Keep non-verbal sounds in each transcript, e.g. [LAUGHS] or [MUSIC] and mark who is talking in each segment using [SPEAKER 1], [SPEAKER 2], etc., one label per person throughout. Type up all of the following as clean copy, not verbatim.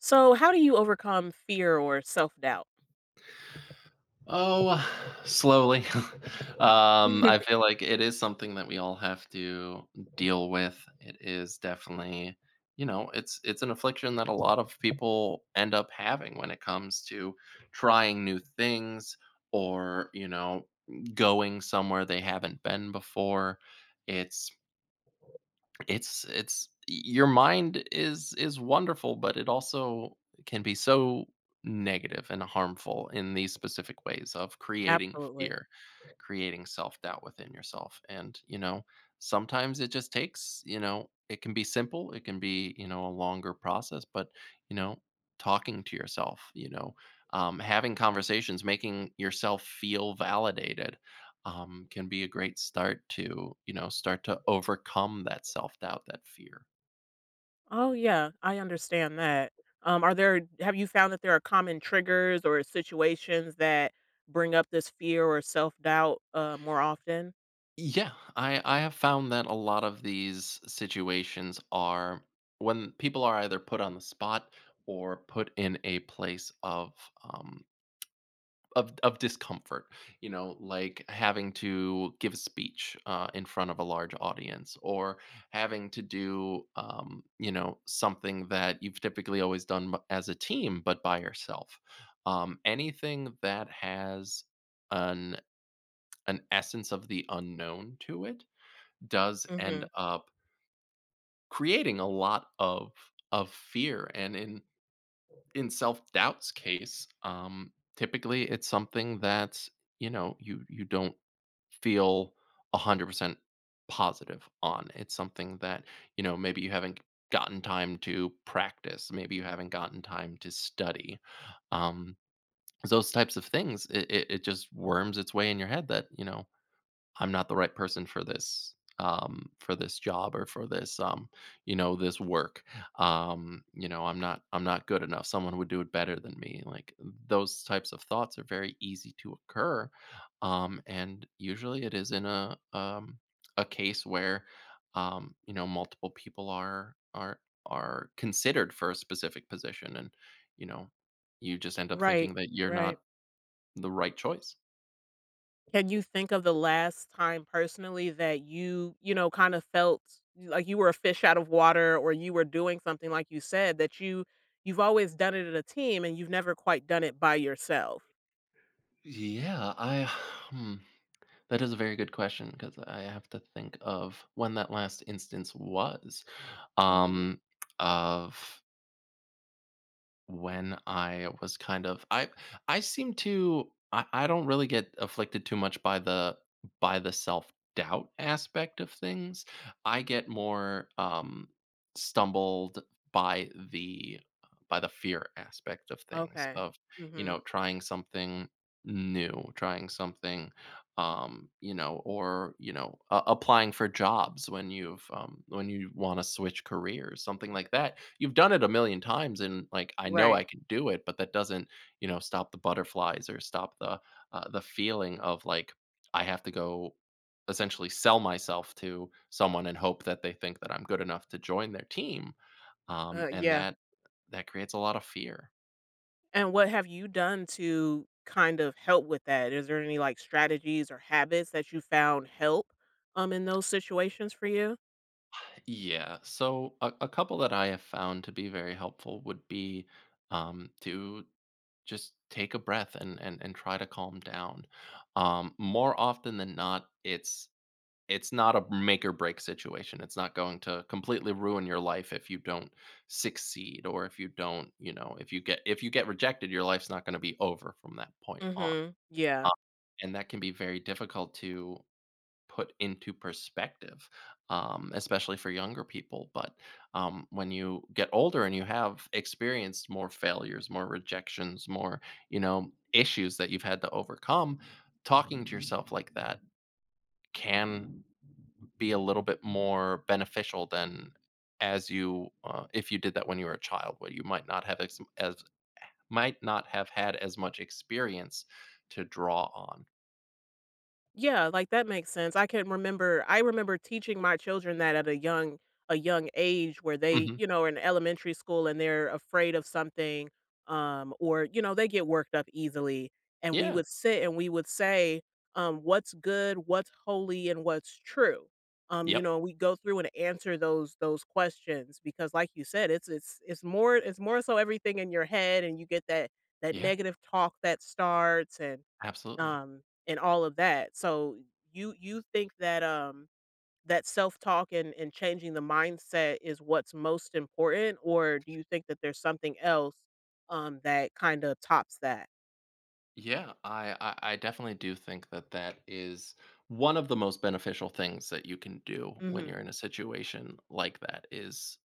[SPEAKER 1] So, how do you overcome fear or self-doubt?
[SPEAKER 2] Oh, [SIGHS] slowly. [LAUGHS] I
[SPEAKER 1] [LAUGHS]
[SPEAKER 2] feel like it is something that we all have to deal with. It is definitely, you know, it's an affliction that a lot of people end up having when it comes to trying new things or, you know, going somewhere they haven't been before. It's it's your mind is wonderful, but it also can be so negative and harmful in these specific ways of creating
[SPEAKER 1] Absolutely.
[SPEAKER 2] fear, creating self-doubt within yourself. And, you know, sometimes it just takes, you know, it can be simple, it can be, you know, a longer process, but, you know, talking to yourself, having conversations, making yourself feel validated, can be a great start to, you know, start to overcome that self doubt, that fear.
[SPEAKER 1] Oh, yeah, I understand that. Are there have you found that there are common triggers or situations that bring up this fear or self-doubt more often?
[SPEAKER 2] Yeah, I have found that a lot of these situations are when people are either put on the spot or put in a place of um, of discomfort, you know, like having to give a speech in front of a large audience, or having to do, you know, something that you've typically always done as a team, but by yourself. Anything that has an an essence of the unknown to it does end
[SPEAKER 1] Mhm.
[SPEAKER 2] up creating a lot of fear, and in self-doubt's case, typically it's something that, you know, you don't feel 100% positive on. It's something that, you know, maybe you haven't gotten time to practice, maybe you haven't gotten time to study. Um, those types of things, it just worms its way in your head that, you know, I'm not the right person for this, for this job, or for this, you know, this work. You know, I'm not good enough, someone would do it better than me. Like those types of thoughts are very easy to occur, and usually it is in a, a case where, you know, multiple people are considered for a specific position, and you know, you just end up thinking
[SPEAKER 1] Right,
[SPEAKER 2] that you're
[SPEAKER 1] right.
[SPEAKER 2] not the right choice.
[SPEAKER 1] Can you think of the last time personally that you know, kind of felt like you were a fish out of water or you were doing something like you said that you've always done it in a team and you've never quite done it by yourself?
[SPEAKER 2] Yeah, hmm, that is a very good question because I have to think of when that last instance was.
[SPEAKER 1] Mhm.
[SPEAKER 2] Um, of When I was kind of I seem to I don't really get afflicted too much by the self-doubt aspect of things. I get more stumbled by the fear aspect of things
[SPEAKER 1] Okay.
[SPEAKER 2] of, you
[SPEAKER 1] Mhm.
[SPEAKER 2] know, trying something new, trying something, applying for jobs when you've when you want to switch careers, something like that. You've done it a million times, and like I know
[SPEAKER 1] Right.
[SPEAKER 2] I can do it, but that doesn't, you know, stop the butterflies or stop the, the feeling of like I have to go essentially sell myself to someone and hope that they think that I'm good enough to join their team, and
[SPEAKER 1] Yeah.
[SPEAKER 2] that creates a lot of fear.
[SPEAKER 1] And what have you done to kind of help with that? Is there any like strategies or habits that you found help in those situations for you?
[SPEAKER 2] Yeah. So a couple that I have found to be very helpful would be, to just take a breath, and try to calm down. More often than not, it's not a make or break situation. It's not going to completely ruin your life if you don't succeed, or if you don't, you know, if you get, rejected, your life's not going to be over from that point on.
[SPEAKER 1] Mhm.
[SPEAKER 2] Um,
[SPEAKER 1] Yeah.
[SPEAKER 2] and that can be very difficult to put into perspective, especially for younger people. But when you get older and you have experienced more failures, more rejections, more, you know, issues that you've had to overcome, talking to yourself like that can be a little bit more beneficial than as you, if you did that when you were a child where you might not have ex- as might not have had as much experience to draw on.
[SPEAKER 1] Yeah, like, that makes sense. I remember teaching my children that at a young age where they,
[SPEAKER 2] Hmm,
[SPEAKER 1] you know, are in elementary school and they're afraid of something, or, you know, they get worked up easily, and we
[SPEAKER 2] yeah,
[SPEAKER 1] would sit and we would say, "What's good, what's holy, and what's true?" You
[SPEAKER 2] yep,
[SPEAKER 1] know, we go through and answer those questions because like you said, it's more so everything in your head, and you get that
[SPEAKER 2] yeah,
[SPEAKER 1] negative talk that starts
[SPEAKER 2] absolutely.
[SPEAKER 1] and all of that. So you think that that self-talk and changing the mindset is what's most important, or do you think that there's something else that kind of tops that?
[SPEAKER 2] Yeah, I definitely do think that that is one of the most beneficial things that you can do when
[SPEAKER 1] Hmm.
[SPEAKER 2] you're in a situation like that is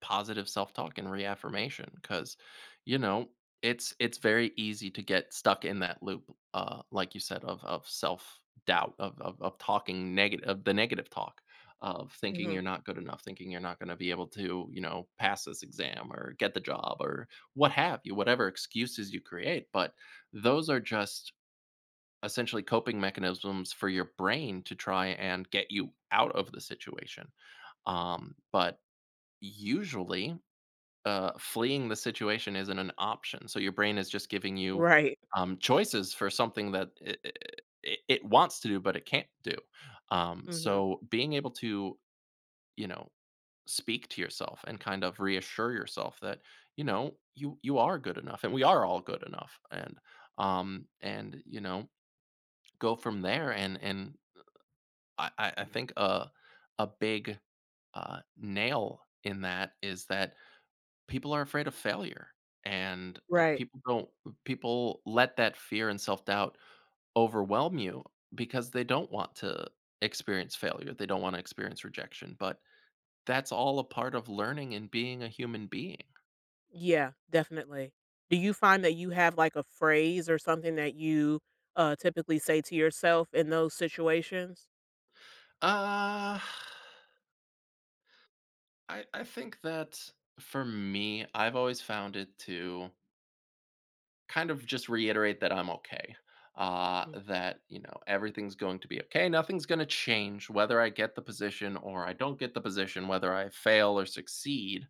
[SPEAKER 2] positive self-talk and reaffirmation, because, you know, it's very easy to get stuck in that loop, like you said, of self-doubt, of talking negative, of the negative talk, of thinking
[SPEAKER 1] Hmm.
[SPEAKER 2] you're not good enough, thinking you're not going to be able to, you know, pass this exam or get the job, or what have you, whatever excuses you create. But those are just essentially coping mechanisms for your brain to try and get you out of the situation, but usually, fleeing the situation isn't an option, so your brain is just giving you,
[SPEAKER 1] Right.
[SPEAKER 2] choices for something that it wants to do, but it can't do.
[SPEAKER 1] Hmm.
[SPEAKER 2] So being able to, you know, speak to yourself and kind of reassure yourself that, you know, you are good enough, and we are all good enough, and, you know, go from there. And I think a big, nail in that is that people are afraid of failure, and,
[SPEAKER 1] Right.
[SPEAKER 2] people don't people let that fear and self-doubt overwhelm you because they don't want to experience failure, they don't wanna experience rejection, but that's all a part of learning and being a human being.
[SPEAKER 1] Yeah, definitely. Do you find that you have like a phrase or something that you typically say to yourself in those situations?
[SPEAKER 2] Uh, I think that for me, I've always found it to kind of just reiterate that I'm okay.
[SPEAKER 1] Mm.
[SPEAKER 2] That, you know, everything's going to be okay. Nothing's going to change whether I get the position or I don't get the position, whether I fail or succeed.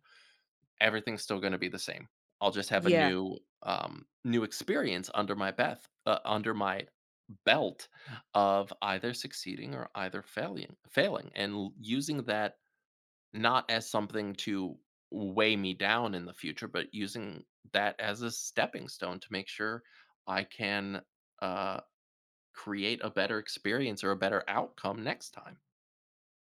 [SPEAKER 2] Everything's still going to be the same. I'll just have a
[SPEAKER 1] Yeah.
[SPEAKER 2] new, new experience under my beth under my belt of either succeeding or either failing, and using that not as something to weigh me down in the future, but using that as a stepping stone to make sure I can, uh, create a better experience or a better outcome next time.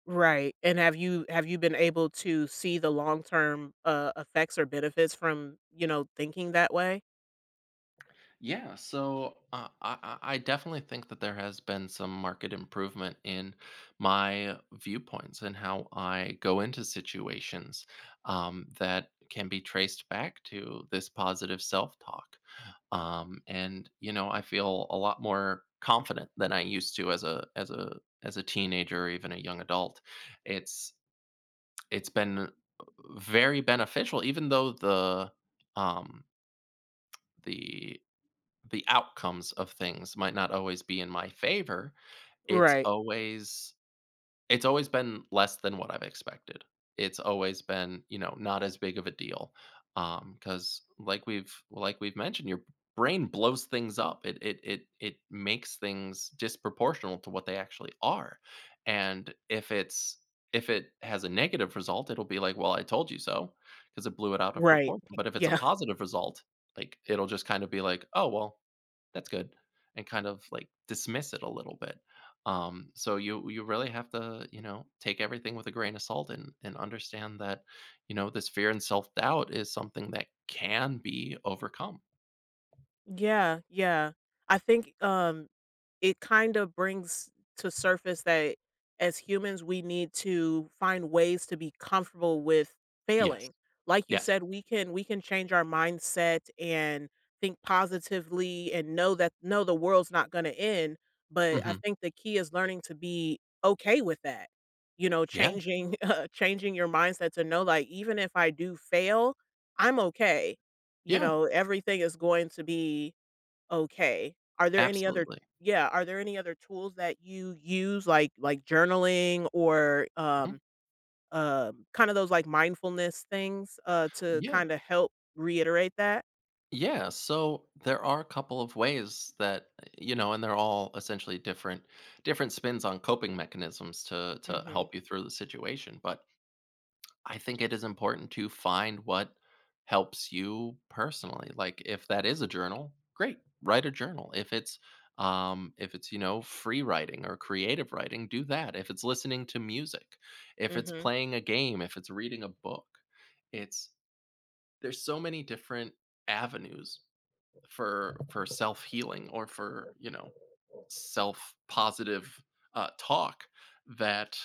[SPEAKER 1] Right, and have you been able to see the long-term, effects or benefits from, you know, thinking that way?
[SPEAKER 2] Yeah, so I definitely think that there has been some market improvement in my viewpoints and how I go into situations, that can be traced back to this positive self talk. And you know, I feel a lot more confident than I used to, as a teenager, or even a young adult. It's it's been very beneficial, even though the, um, the the outcomes of things might not always be in my favor. It's
[SPEAKER 1] Right,
[SPEAKER 2] always it's always been less than what I've expected. It's always been, you know, not as big of a deal, because like we've mentioned, your brain blows things up. It makes things disproportional to what they actually are. And if it's, if it has a negative result, it'll be like, well, I told you so, because it blew it out of
[SPEAKER 1] right.
[SPEAKER 2] proportion. But if
[SPEAKER 1] [LAUGHS]
[SPEAKER 2] it's a
[SPEAKER 1] Yeah,
[SPEAKER 2] positive result, like it'll just kind of be like, oh well, that's good, and kind of like dismiss it a little bit, so you really have to, you know, take everything with a grain of salt and understand that, you know, this fear and self-doubt is something that can be overcome.
[SPEAKER 1] yeah, yeah. I think, um, it kind of brings to surface that as humans we need to find ways to be comfortable with
[SPEAKER 2] Yes,
[SPEAKER 1] failing. Like you
[SPEAKER 2] yes,
[SPEAKER 1] said, we can change our mindset and think positively and know that no, the world's not going to end, but I
[SPEAKER 2] hmm,
[SPEAKER 1] think the key is learning to be okay with that. You know,
[SPEAKER 2] yeah,
[SPEAKER 1] changing [LAUGHS] changing your mindset to know, like, even if I do fail, I'm okay. You
[SPEAKER 2] yeah,
[SPEAKER 1] know, everything is going to be okay. Are there any other
[SPEAKER 2] absolutely.
[SPEAKER 1] yeah, are there any other tools that you use, like journaling or,
[SPEAKER 2] Mhm.
[SPEAKER 1] kind of those, like, mindfulness things, to
[SPEAKER 2] Yeah.
[SPEAKER 1] kinda help reiterate that?
[SPEAKER 2] Yeah, so there are a couple of ways that you know, and they're all essentially different spins on coping mechanisms to
[SPEAKER 1] Mhm,
[SPEAKER 2] help you through the situation, but I think it is important to find what helps you personally. Like if that is a journal, great, write a journal. If it's, you know, free writing or creative writing, do that. If it's listening to music, if it's
[SPEAKER 1] mhm.
[SPEAKER 2] playing a game, if it's reading a book, it's there's so many different avenues for self-healing, or for, you know, self-positive, talk that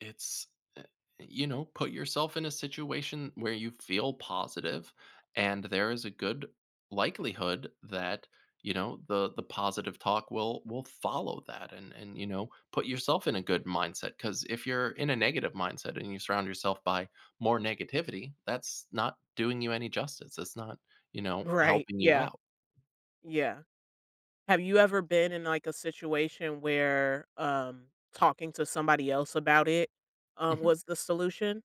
[SPEAKER 2] it's, uh, you know, put yourself in a situation where you feel positive, and there is a good likelihood that, you know, the positive talk will follow that, and you know, put yourself in a good mindset. Because if you're in a negative mindset and you surround yourself by more negativity, that's not doing you any justice, it's not, you know,
[SPEAKER 1] Right,
[SPEAKER 2] helping you
[SPEAKER 1] yeah,
[SPEAKER 2] out.
[SPEAKER 1] yeah. Have you ever been in, like, a situation where, talking to somebody else about it,
[SPEAKER 2] Mm-hmm.
[SPEAKER 1] was the solution?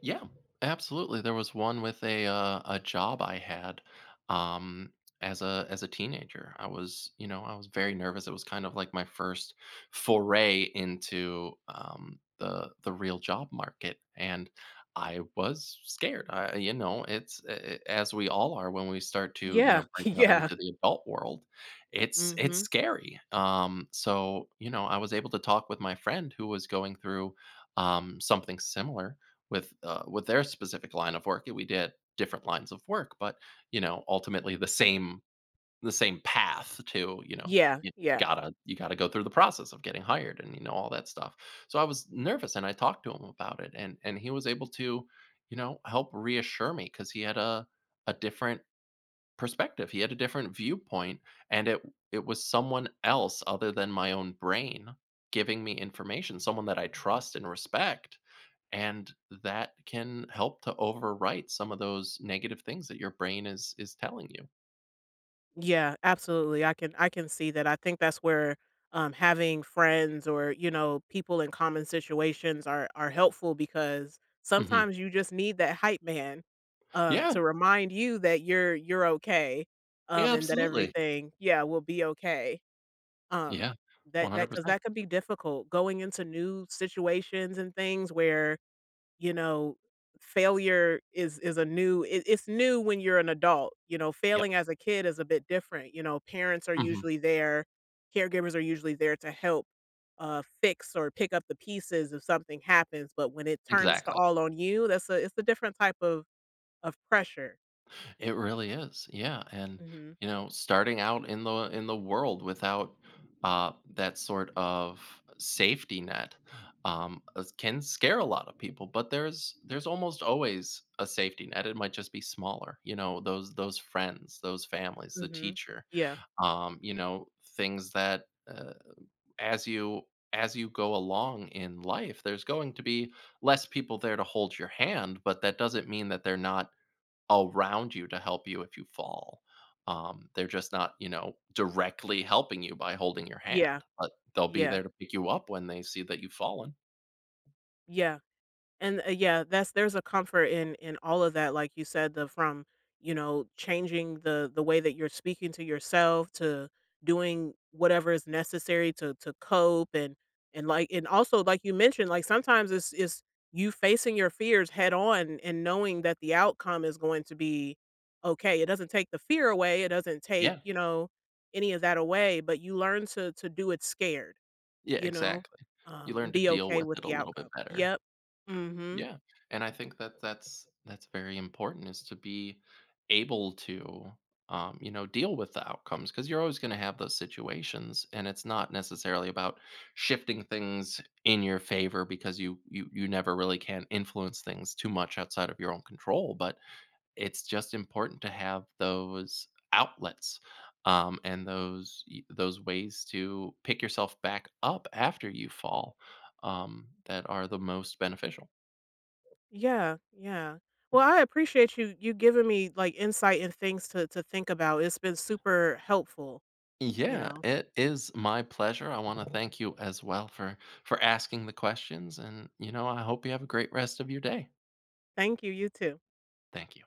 [SPEAKER 2] Yeah, absolutely. There was one with a, a job I had, um, as a teenager. I was, you know, I was very nervous. It was kind of like my first foray into, the real job market, and I was scared. I, you know, it's as we all are when we start to, you
[SPEAKER 1] Yeah,
[SPEAKER 2] know, break
[SPEAKER 1] [LAUGHS]
[SPEAKER 2] out
[SPEAKER 1] yeah.
[SPEAKER 2] into the adult world. It's
[SPEAKER 1] Mhm.
[SPEAKER 2] scary. So you know, I was able to talk with my friend who was going through, something similar with, with their specific line of work. We did different lines of work, but you know, ultimately the same path to, you know,
[SPEAKER 1] Yeah,
[SPEAKER 2] you
[SPEAKER 1] yeah.
[SPEAKER 2] gotta, go through the process of getting hired and you know, all that stuff. So I was nervous, and I talked to him about it, and he was able to, you know, help reassure me because he had a, different perspective. He had a different viewpoint, and it was someone else other than my own brain giving me information, someone that I trust and respect, and that can help to overwrite some of those negative things that your brain is telling you.
[SPEAKER 1] Yeah, absolutely. I can see that. I think that's where having friends or, you know, people in common situations are helpful, because
[SPEAKER 2] Mhm.
[SPEAKER 1] sometimes you just need that hype man
[SPEAKER 2] Yeah.
[SPEAKER 1] to remind you that you're okay,
[SPEAKER 2] Yeah,
[SPEAKER 1] and that
[SPEAKER 2] absolutely.
[SPEAKER 1] everything, yeah, will be okay.
[SPEAKER 2] Yeah.
[SPEAKER 1] Um, that because
[SPEAKER 2] 100%.
[SPEAKER 1] that can be difficult going into new situations and things where, you know, failure is a new it's new when you're an adult. You know,
[SPEAKER 2] Yep.
[SPEAKER 1] failing as a kid is a bit different. You know, parents are
[SPEAKER 2] Mhm.
[SPEAKER 1] usually there, caregivers are usually there to help fix or pick up the pieces if something happens, but when it turns to
[SPEAKER 2] Exactly.
[SPEAKER 1] all on you, that's a it's a different type of pressure.
[SPEAKER 2] It really is. Yeah, and,
[SPEAKER 1] Mhm.
[SPEAKER 2] you know, starting out in the world without, that sort of safety net, is can scare a lot of people, but there's almost always a safety net. It might just be smaller, you know, those friends, those families, the
[SPEAKER 1] Mhm.
[SPEAKER 2] teacher,
[SPEAKER 1] Yeah.
[SPEAKER 2] you know, things that, as you as you go along in life, there's going to be less people there to hold your hand, but that doesn't mean that they're not around you to help you if you fall. They're just not, you know, directly helping you by holding your
[SPEAKER 1] Yeah.
[SPEAKER 2] hand, but they'll be
[SPEAKER 1] Yeah.
[SPEAKER 2] there to pick you up when they see that you've fallen.
[SPEAKER 1] Yeah. And, yeah, that's there's a comfort in all of that. Like you said, the from, you know, changing the way that you're speaking to yourself to doing whatever is necessary to cope. And like, and also like you mentioned, like sometimes it's you facing your fears head on and knowing that the outcome is going to be okay. It doesn't take the fear away, it doesn't take,
[SPEAKER 2] Yeah,
[SPEAKER 1] you know, any of that away, but you learn to do it scared,
[SPEAKER 2] yeah,
[SPEAKER 1] you know?
[SPEAKER 2] exactly. You learn to
[SPEAKER 1] Be
[SPEAKER 2] deal
[SPEAKER 1] okay
[SPEAKER 2] with
[SPEAKER 1] with
[SPEAKER 2] it a
[SPEAKER 1] the
[SPEAKER 2] little bit
[SPEAKER 1] outcome.
[SPEAKER 2] better.
[SPEAKER 1] Yep. Mhm.
[SPEAKER 2] Yeah, and I think that that's very important, is to be able to, you know, deal with the outcomes, because you're always going to have those situations, and it's not necessarily about shifting things in your favor, because you never really can influence things too much outside of your own control. But it's just important to have those outlets, and those those ways to pick yourself back up after you fall, that are the most beneficial.
[SPEAKER 1] Yeah, yeah. Well, I appreciate you giving me like insight and things to think about. It's been super helpful, you
[SPEAKER 2] Yeah,
[SPEAKER 1] know.
[SPEAKER 2] it is my pleasure. I want to thank you as well for asking the questions, and you know, I hope you have a great rest of your day.
[SPEAKER 1] Thank you, you too.
[SPEAKER 2] Thank you.